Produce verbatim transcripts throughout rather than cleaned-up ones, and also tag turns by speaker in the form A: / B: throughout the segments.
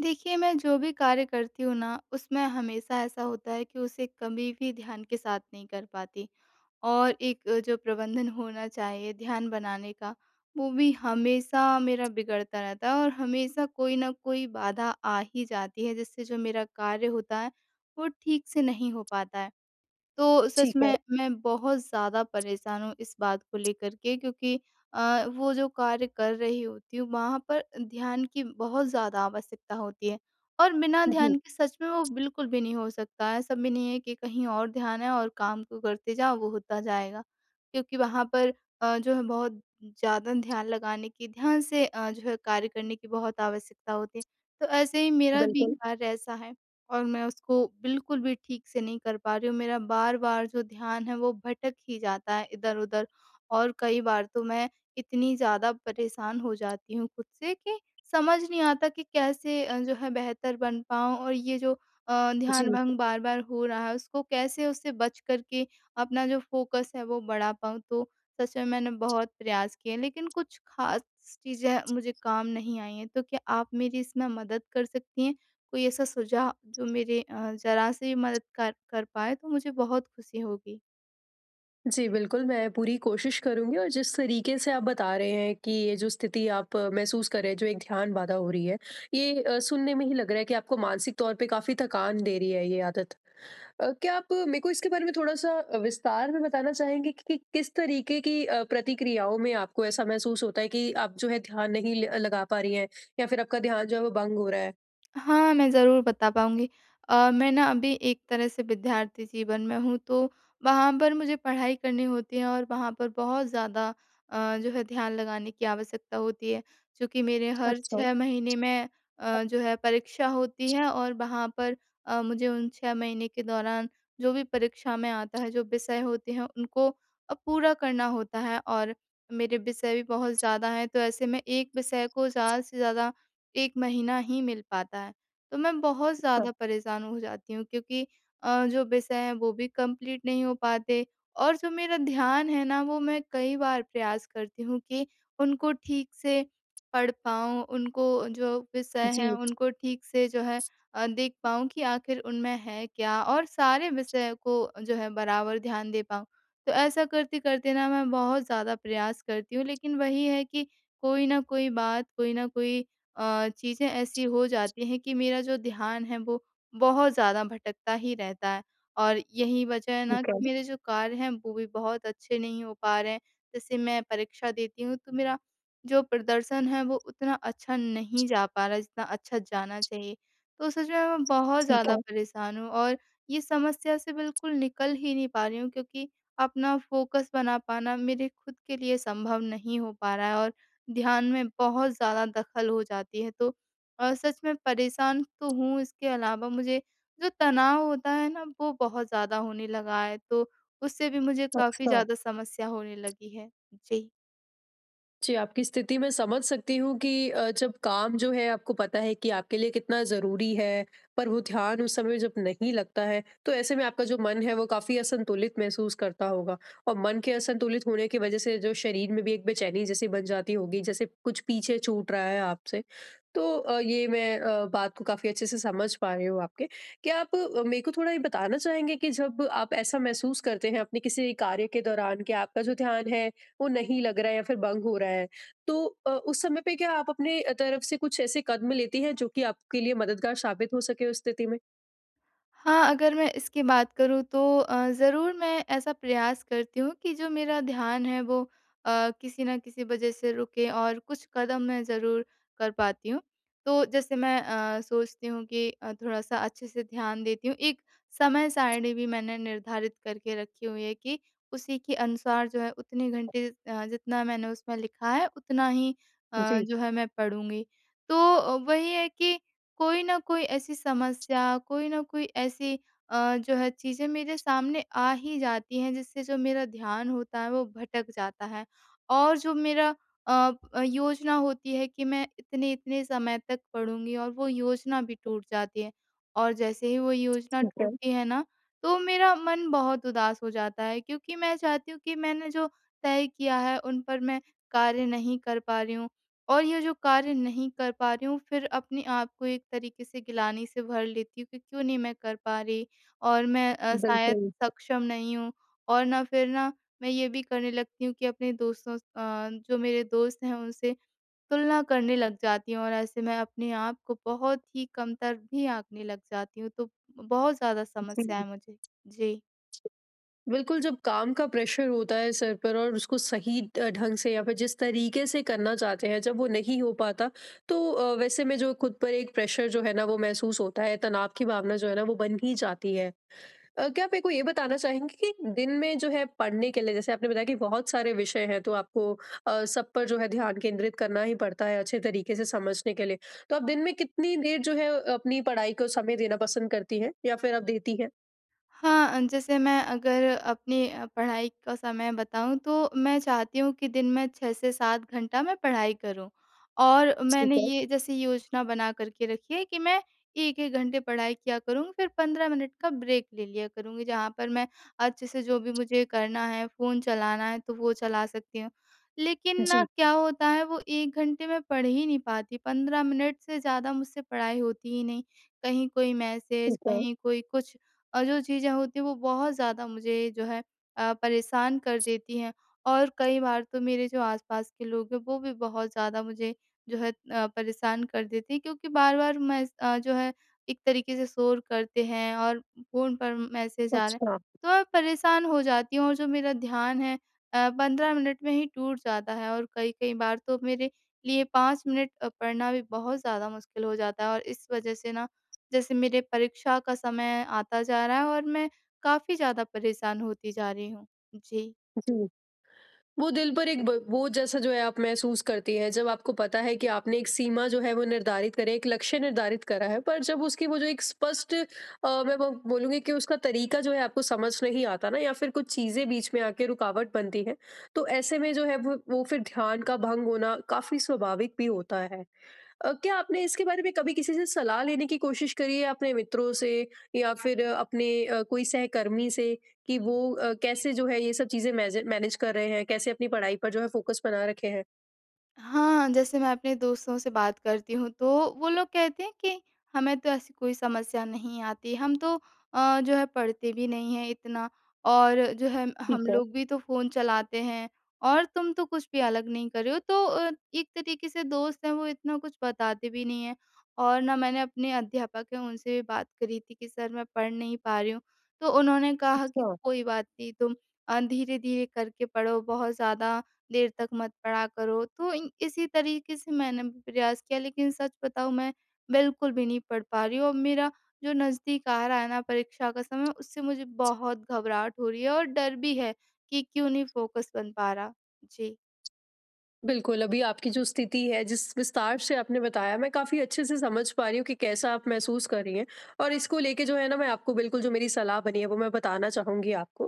A: देखिए, मैं जो भी कार्य करती हूँ ना, उसमें हमेशा ऐसा होता है कि उसे कभी भी ध्यान के साथ नहीं कर पाती, और एक अ, जो प्रबंधन होना चाहिए ध्यान बनाने का, वो भी हमेशा मेरा बिगड़ता रहता है, और हमेशा कोई न कोई बाधा आ ही जाती है, जिससे जो मेरा कार्य होता है, वो ठीक से नहीं हो पाता है। तो सच
B: ठीक है।
A: में मैं बहुत ज़्यादा परेशान हूँ इस बात को लेकर के, क्योंकि अ, वो जो कार्य कर रही होती हूँ वहाँ पर ध्यान की बहुत ज़्यादा आवश्यकता होती है, और बिना
B: जी,
A: ध्यान के सच में वो बिल्कुल भी नहीं हो सकता है। ऐसा भी नहीं है कि कहीं और ध्यान है और काम को करते जाओ, वो होता जाएगा। क्योंकि वहाँ पर अ, जो है बहुत ज़्यादा ध्यान लगाने की, ध्यान से अ, जो है कार्य करने की बहुत आवश्यकता होती है। तो ऐसे ही मेरा भी
B: बिल्कुल।
A: कार्य ऐसा है। और मैं उसको बिल्कुल भी ठीक से नहीं कर पा रही हूँ। मेरा बार-बार जो ध्यान है वो भटक ही जाता है इधर-उधर, और कई बार तो मैं इतनी ज़्यादा परेशान हो जाती हूँ खुद से कि समझ नहीं आता कि कैसे अ, जो है बेहतर बन पाऊँ, और ये जो अ,
B: जी,
A: ध्यान भंग बार-बार हो रहा है उसको, कैसे उससे बच कर के अपना जो फ़ोकस है वो बढ़ा पाऊँ। तो सच में मैंने बहुत प्रयास किए, लेकिन कुछ ख़ास चीज़ें मुझे काम नहीं आई हैं। तो क्या आप मेरी इसमें मदद कर सकती हैं? कोई ऐसा सुझाव जो मेरे अ, ज़रा-सी मदद कर कर पाए तो मुझे बहुत खुशी होगी।
B: जी, बिल्कुल, मैं पूरी कोशिश करूँगी और जिस तरीके से आप बता रहे हैं कि ये जो स्थिति आप अ, महसूस कर रहे हैं, जो एक ध्यान बाधा हो रही है, ये अ, सुनने में ही लग रहा है कि आपको मानसिक तौर पे काफ़ी थकान दे रही है ये आदत। अ, क्या आप मेरे को इसके बारे में थोड़ा-सा विस्तार में बताना चाहेंगे कि कि किस तरीके की अ, प्रतिक्रियाओं में आपको ऐसा महसूस होता है कि आप जो है ध्यान नहीं ल लगा पा रही हैं या फिर आपका ध्यान जो है वो भंग हो रहा है?
A: हाँ, मैं ज़रूर बता पाऊँगी। अ, मैं ना अभी एक तरह से विद्यार्थी जीवन में हूँ, तो वहाँ पर मुझे पढ़ाई करनी होती है, और वहाँ पर बहुत ज़्यादा अ, जो है ध्यान लगाने की आवश्यकता होती है। चूँकि मेरे हर
B: अच्छा,
A: छह महीने में अ, जो है परीक्षा होती है, और वहाँ पर अ, मुझे उन छह महीने के दौरान जो भी परीक्षा में आता है, जो विषय होते हैं, उनको अ, पूरा करना होता है, और मेरे विषय भी बहुत ज़्यादा हैं, तो ऐसे में एक विषय को ज़्यादा से ज़्यादा एक महीना ही मिल पाता है। तो मैं बहुत
B: अच्छा।
A: ज़्यादा परेशान हो जाती हूँ, क्योंकि अ, जो विषय हैं वो भी कंप्लीट नहीं हो पाते, और जो मेरा ध्यान है ना, वो मैं कई बार प्रयास करती हूँ कि उनको ठीक से पढ़ पाऊँ, उनको जो विषय हैं
B: जी,
A: उनको ठीक से जो है अ, देख पाऊँ कि आखिर उनमें है क्या, और सारे विषय को जो है बराबर ध्यान दे पाऊँ। तो ऐसा करते-करते ना मैं बहुत ज़्यादा प्रयास करती हूँ, लेकिन वही है कि कोई न कोई बात, कोई न कोई अ, चीज़ें ऐसी हो जाती हैं कि मेरा जो ध्यान है वो बहुत ज़्यादा भटकता ही रहता है। और यही वजह है ना
B: ठीक है,
A: कि मेरे जो कार्य हैं वो भी बहुत अच्छे नहीं हो पा रहे हैं। जैसे मैं परीक्षा देती हूँ तो मेरा जो प्रदर्शन है वो उतना अच्छा नहीं जा पा रहा है जितना अच्छा जाना चाहिए। तो सच में मैं बहुत
B: ठीक
A: ज़्यादा
B: है।
A: परेशान हूँ, और ये समस्या से बिल्कुल निकल ही नहीं पा रही हूँ, क्योंकि अपना फ़ोकस बना पाना मेरे खुद के लिए संभव नहीं हो पा रहा है, ध्यान में बहुत ज़्यादा दखल हो जाती है। तो अ, सच में परेशान तो हूँ, इसके अलावा मुझे जो तनाव होता है ना, वो बहुत ज़्यादा होने लगा है, तो उससे भी मुझे काफ़ी
B: अच्छा।
A: ज़्यादा समस्या होने लगी है। जी।
B: जी, आपकी स्थिति मैं समझ सकती हूँ कि अ, जब काम जो है आपको पता है कि आपके लिए कितना ज़रूरी है, पर वो ध्यान उस समय जब नहीं लगता है, तो ऐसे में आपका जो मन है वो काफ़ी असंतुलित महसूस करता होगा। और मन के असंतुलित होने की वज़ह से जो शरीर में भी एक बेचैनी जैसी बन जाती होगी, जैसे कुछ पीछे छूट रहा है आपसे। तो अ, ये मैं अ, बात को काफ़ी अच्छे से समझ पा रही हूँ आपके। क्या आप अ, मेरे को थोड़ा ये बताना चाहेंगे कि जब आप ऐसा महसूस करते हैं अपने किसी कार्य के दौरान कि आपका जो ध्यान है वो नहीं लग रहा है या फिर बंग हो रहा है? तो अ, उस समय पे क्या आप अपने अ, तरफ से कुछ ऐसे कदम लेती हैं जो कि आपके लिए मददगार साबित हो सके उस स्थिति में?
A: हाँ, अगर मैं इसकी बात करूँ तो अ, ज़रूर मैं ऐसा प्रयास करती हूँ कि जो मेरा ध्यान है वो अ, किसी न किसी वजह से रुके, और कुछ कदम मैं ज़रूर कर पाती हूँ। तो जैसे मैं अ, सोचती हूँ कि अ, थोड़ा-सा अच्छे से ध्यान देती हूँ। एक समय सारणी भी मैंने निर्धारित करके रखी हुई है कि उसी के अनुसार जो है उतने घंटे अ, जितना मैंने उसमें लिखा है उतना ही अ,
B: जी,
A: जो है मैं पढ़ूँगी। तो अ, वही है कि कोई ना कोई ऐसी समस्या, कोई ना कोई ऐसी अ, जो है चीज़ें मेरे सामने आ ही जाती हैं, जिससे जो मेरा ध्यान होता है वो भटक जाता है। और जो मेरा अ, प योजना होती है कि मैं इतने-इतने समय तक पढ़ूँगी, और वो योजना भी टूट जाती है। और जैसे ही वो योजना
B: ठीक है।
A: टूटती है ना, तो मेरा मन बहुत उदास हो जाता है, क्योंकि मैं चाहती हूँ कि मैंने जो तय किया है उन पर मैं कार्य नहीं कर पा रही हूँ। और ये जो कार्य नहीं कर पा रही हूँ, फिर अपने आप को एक तरीके से गिलानी से भर लेती हूँ कि क्यों नहीं मैं कर पा रही, और मैं अ, शायद
B: बिल्कुल,
A: सक्षम नहीं हूँ। और ना फिर ना मैं ये भी करने लगती हूँ कि अपने दोस्तों अ, जो मेरे दोस्त हैं उनसे तुलना करने लग जाती हूँ, और ऐसे मैं अपने आप को बहुत ही कमतर भी आंकने लग जाती हूँ, तो बहुत ज़्यादा
B: जी।
A: समस्या है मुझे। जी।
B: बिल्कुल, जब काम का प्रेशर होता है सर पर और उसको सही अ, ढंग से या फिर जिस तरीके से करना चाहते हैं जब वो नहीं हो पाता, तो अ, वैसे में जो खुद पर एक प्रेशर जो है ना वो महसूस होता है, तनाव की भावना जो है ना वो बन ही जाती है। अ, क्या आप मेरे को ये बताना चाहेंगे कि दिन में जो है पढ़ने के लिए जैसे आपने बताया कि बहुत सारे विषय हैं, तो आपको अ, सब पर जो है ध्यान केंद्रित करना ही पड़ता है अच्छे तरीके से समझने के लिए। तो आप दिन में कितनी देर जो है अपनी पढ़ाई को समय देना पसंद करती हैं या फिर आप देती हैं?
A: हाँ, जैसे मैं अगर अपनी अ, पढ़ाई का समय बताऊँ तो मैं चाहती हूँ कि दिन में छह से सात घंटा मैं पढ़ाई करूँ। और मैंने
B: ठीक है।
A: ये जैसे योजना बना कर के रखी है कि मैं एक एक घंटे पढ़ाई किया करूँगी, फिर पंद्रह मिनट का ब्रेक ले लिया करूँगी, जहाँ पर मैं अच्छे से जो भी मुझे करना है, फ़ोन चलाना है तो वो चला सकती हूँ। लेकिन
B: जी,
A: ना क्या होता है, वो एक घंटे में पढ़ ही नहीं पाती, पंद्रह मिनट से ज़्यादा मुझसे पढ़ाई होती ही नहीं। कहीं कोई मैसेज,
B: ठीक है।
A: कहीं कोई कुछ अ, जो चीज़ें होती हैं वो बहुत ज़्यादा मुझे जो है अ, परेशान कर देती हैं, और कई बार तो मेरे जो आस-पास के लोग हैं वो भी बहुत ज़्यादा मुझे जो है अ, परेशान कर देते हैं, क्योंकि बार-बार मैं अ, जो है एक तरीके से शोर करते हैं, और फ़ोन पर मैसेज आ रहे हैं,
B: अच्छा,
A: तो मैं परेशान हो जाती हूँ, और जो मेरा ध्यान है अ, पंद्रह मिनट में ही टूट जाता है, और कई-कई बार तो मेरे लिए पाँच मिनट अ, पढ़ना भी बहुत ज़्यादा मुश्किल हो जाता है, और इस वज़ह से ना जैसे मेरे परीक्षा का समय आता जा रहा है और मैं काफ़ी ज़्यादा परेशान होती जा रही हूँ। जी।
B: जी। वो दिल पर एक ब बोझ जैसा जो है आप महसूस करती हैं, जब आपको पता है कि आपने एक सीमा जो है वो निर्धारित करी है, एक लक्ष्य निर्धारित करा है, पर जब उसकी वो जो एक स्पष्ट अ, मैं ब बोलूँगी कि उसका तरीका जो है आपको समझ नहीं आता ना, या फिर कुछ चीज़ें बीच में आके रुकावट बनती हैं, तो ऐसे में जो है वो वो फिर ध्यान का भंग होना काफ़ी स्वाभाविक भी होता है। अ, क्या आपने इसके बारे में कभी किसी से सलाह लेने की कोशिश करी है अपने मित्रों से या फिर अ, अपने अ, कोई सहकर्मी से कि वो अ, कैसे जो है ये सब चीजें मैजे- मैनेज कर रहे हैं, कैसे अपनी पढ़ाई पर जो है फोकस बना रखे हैं?
A: हाँ, जैसे मैं अपने दोस्तों से बात करती हूँ तो वो लोग कहते हैं कि हमें तो ऐसी कोई समस्या नहीं आती, हम तो अ, जो है पढ़ते भी नहीं हैं इतना, और जो है
B: ठीक
A: हम
B: है।
A: लोग भी तो फ़ोन चलाते हैं, और तुम तो कुछ भी अलग नहीं कर रहे हो। तो अ, एक तरीके से दोस्त हैं वो इतना कुछ बताते भी नहीं हैं, और ना मैंने अपने अध्यापक हैं उनसे भी बात करी थी कि सर मैं पढ़ नहीं पा रही हूँ। तो उन्होंने कहा कि
B: अच्छा।
A: कोई बात नहीं तुम अ, धीरे-धीरे करके पढ़ो, बहुत ज़्यादा देर तक मत पढ़ा करो। तो इन इसी तरीके से मैंने भी प्रयास किया, लेकिन सच बताऊँ मैं बिल्कुल भी नहीं पढ़ पा रही हूँ। अब मेरा जो नज़दीक आ रहा है ना परीक्षा का समय, उससे मुझे बहुत घबराहट हो रही है, और डर भी है कि क्यों नहीं फ़ोकस बन पा रहा। जी।
B: बिल्कुल, अभी आपकी जो स्थिति है, जिस विस्तार से आपने बताया, मैं काफ़ी अच्छे से समझ पा रही हूँ कि कैसा आप महसूस कर रही हैं, और इसको लेके जो है ना, मैं आपको बिल्कुल जो मेरी सलाह बनी है, वो मैं बताना चाहूँगी आपको।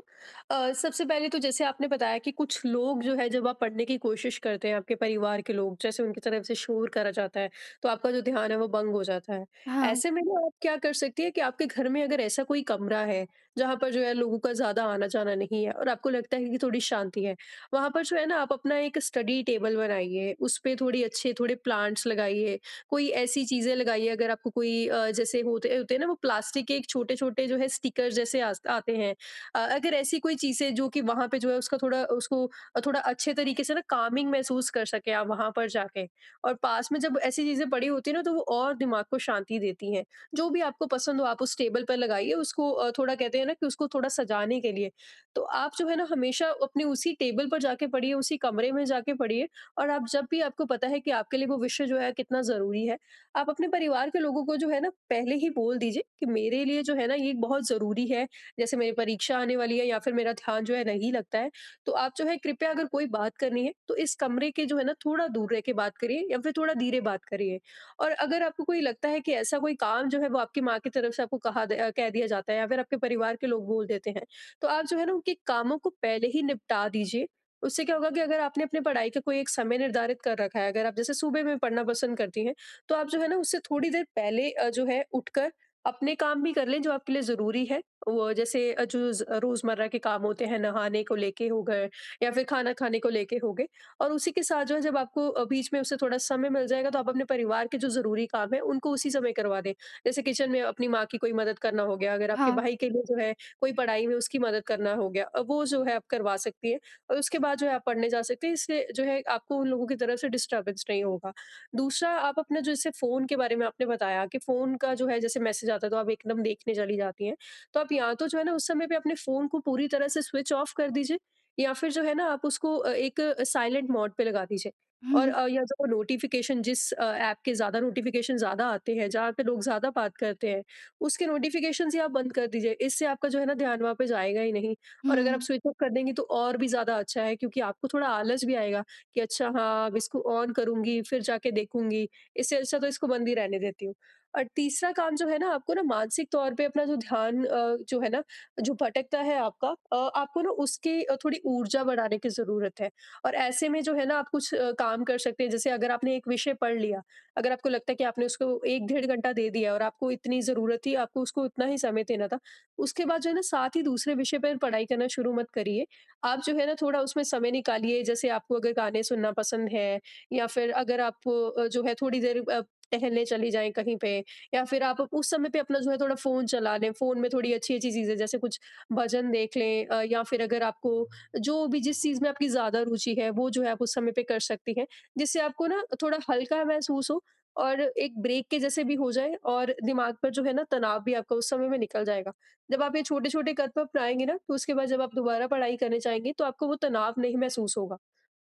B: अ, सबसे पहले तो जैसे आपने बताया कि कुछ लोग जो है, जब आप पढ़ने की कोशिश करते हैं, आपके परिवार के लोग, जैसे उनकी तरफ से शोर करा जाता है, तो आपका जो ध्यान है, वो भंग हो जाता है।
A: हाँ,
B: ऐसे में ना, आप क्या कर सकती हैं कि आपके घर में अगर ऐसा कोई कमरा है, जहाँ पर जो है, लोगों का ज़्यादा आना-जाना नहीं है और आपको लगता है कि थोड़ी शांति है, वहाँ पर जो है ना आप अपना एक स्टडी टेबल बनाइए, उस पे थोड़ी अच्छे थोड़े प्लांट्स लगाइए, कोई ऐसी चीज़ें लगाइए। अगर आपको कोई अ, जैसे होते होते हैं ना, वो प्लास्टिक के छोटे-छोटे जो है स्टिकर जैसे आस आते हैं। अ, अगर ऐसी कोई चीज़ें जो कि वहाँ पे जो है उसका थोड़ा उसको अ, थोड़ा अच्छे तरीके से ना कामिंग महसूस कर सकें आप वहाँ पर जाके। और पास में जब ऐसी चीज़ें पड़ी होती हैं ना, तो वो और दिमाग को शांति देती हैं। जो भी आपको पसंद हो आप उस टेबल पर लगाइए, उसको अ, थोड़ा कहते हैं ना कि उसको थोड़ा सजाने के लिए। तो आप जो है ना हमेशा अपने उसी टेबल पर जाके पढ़िए, उसी कमरे में जाके पढ़िए। और आप जब भी, आपको पता है कि आपके लिए वो विषय जो है कितना ज़रूरी है, आप अपने परिवार के लोगों को जो है ना पहले ही बोल दीजिए कि मेरे लिए जो है ना ये बहुत ज़रूरी है, जैसे मेरी परीक्षा आने वाली है या फिर मेरा ध्यान जो है नहीं लगता है। तो आप जो है कृपया, अगर कोई बात करनी है, तो इस कमरे के जो है ना थोड़ा दूर रह के बात करिए या फिर थोड़ा धीरे बात करिए। और अगर आपको कोई लगता है कि ऐसा कोई काम जो है वो आपकी माँ की तरफ से आपको कहा द अ, कह दिया जाता है या फिर आपके परिवार के लोग बोल देते हैं, तो आप जो है ना उनके कामों को पहले ही निपटा दीजिए। उससे क्या होगा कि अगर आपने अपनी पढ़ाई का कोई एक समय निर्धारित कर रखा है, अगर आप जैसे सुबह में पढ़ना पसंद करती हैं, तो आप जो है ना उससे थोड़ी देर पहले अ, जो है उठकर अपने काम भी कर लें जो आपके लिए ज़रूरी है। वो जैसे अ, जो ज़ रोज़मर्रा के काम होते हैं, नहाने को लेके हो गए या फिर खाना खाने को लेके हो गए, और उसी के साथ जो है जब आपको अ, बीच में उससे थोड़ा समय मिल जाएगा, तो आप अपने परिवार के जो ज़रूरी काम हैं, उनको उसी समय करवा दें। जैसे किचन में अपनी माँ की कोई मदद करना हो गया, अगर आपके
A: हाँ।
B: भाई के लिए जो है कोई पढ़ाई में उसकी मदद करना हो गया, अ, वो जो है आप करवा सकती हैं और उसके बाद जो है आप पढ़ने जा सकते हैं। इससे जो है आपको उन लोगों की तरफ से डिस्टर्बेंस नहीं होगा। दूसरा, आप अपना जो, जैसे फ़ोन के बारे में आपने बताया कि फ़ोन का जो है जैसे मैसेज आता है, तो आप एकदम देखने चली जाती हैं। तो आप या तो जो है ना उस समय पे अपने फ़ोन को पूरी तरह से स्विच ऑफ कर दीजिए, या फिर जो है ना आप उसको अ, एक साइलेंट मोड पे लगा दीजिए। और
A: हुँ,
B: अ, या जो नोटिफ़िकेशन, जिस अ, ऐप के ज़्यादा नोटिफ़िकेशन ज़्यादा आते हैं, जहाँ पे लोग ज़्यादा बात करते हैं, उसके नोटिफ़िकेशंस ही आप बंद कर दीजिए, इससे आपका जो है ना ध्यान वहाँ पे जाएगा ही नहीं। और अगर आप
A: हुँ।
B: स्विच ऑफ कर देंगी तो और भी ज़्यादा अच्छा है, क्योंकि आपको थोड़ा आलस भी आएगा कि अच्छा हाँ, अब इसको ऑन करूँगी, फिर जाके देखूँगी, इससे अच्छा तो इसको बंद ही रहने देती हूँ। और तीसरा काम जो है ना, आपको ना मानसिक तौर पे अपना जो ध्यान अ, जो है ना, जो भटकता है आपका, अ, आपको ना उसकी अ, थोड़ी ऊर्जा बढ़ाने की ज़रूरत है। और ऐसे में जो है ना, आप कुछ अ, काम कर सकते हैं, जैसे अगर आपने एक विषय पढ़ लिया, अगर आपको लगता है कि आपने उसको एक डेढ़ घंटा दे दिया और आपको इतनी ज़रूरत थी, आपको उसको उतना ही समय देना था। उसके बाद जो है ना, साथ ही दूसरे विषय पर पढ़ाई करना शुरू मत करिए। आप जो है ना थोड़ा उसमें समय निकालिए, जैसे आपको अगर गाने सुनना पसंद है, या फिर अगर आप अ, जो है थोड़ी देर अ, टहलने चली जाएँ कहीं पे, या फिर आप उस समय पे अपना जो है थोड़ा फ़ोन चला लें। फ़ोन में थोड़ी अच्छी-अच्छी चीज़ें जैसे कुछ भजन देख लें, अ, या फिर अगर आपको, जो भी जिस चीज़ में आपकी ज़्यादा रुचि है, वो जो है आप उस समय पे कर सकती हैं। जिससे आपको ना थोड़ा हल्का महसूस हो और एक ब्रेक के जैसे भी हो जाए, और दिमाग पर जो है ना तनाव भी आपका उस समय में निकल जाएगा। जब आप ये छोटे-छोटे कदम अपनाएँगे ना, तो उसके बाद जब आप दोबारा पढ़ाई करने जाएँगे, तो आपको वो तनाव नहीं महसूस होगा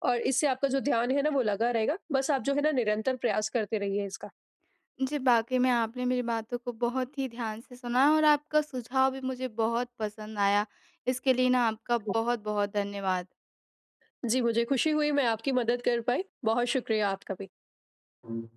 B: और इससे आपका जो ध्यान है ना वो लगा रहेगा। बस आप जो है ना निरंतर प्रयास करते रहिए इसका।
A: जी, वाक़ई में आपने मेरी बातों को बहुत ही ध्यान से सुना, और आपका सुझाव भी मुझे बहुत पसंद आया। इसके लिए ना आपका बहुत-बहुत धन्यवाद।
B: जी, मुझे खुशी हुई मैं आपकी मदद कर पाई। बहुत शुक्रिया आपका भी।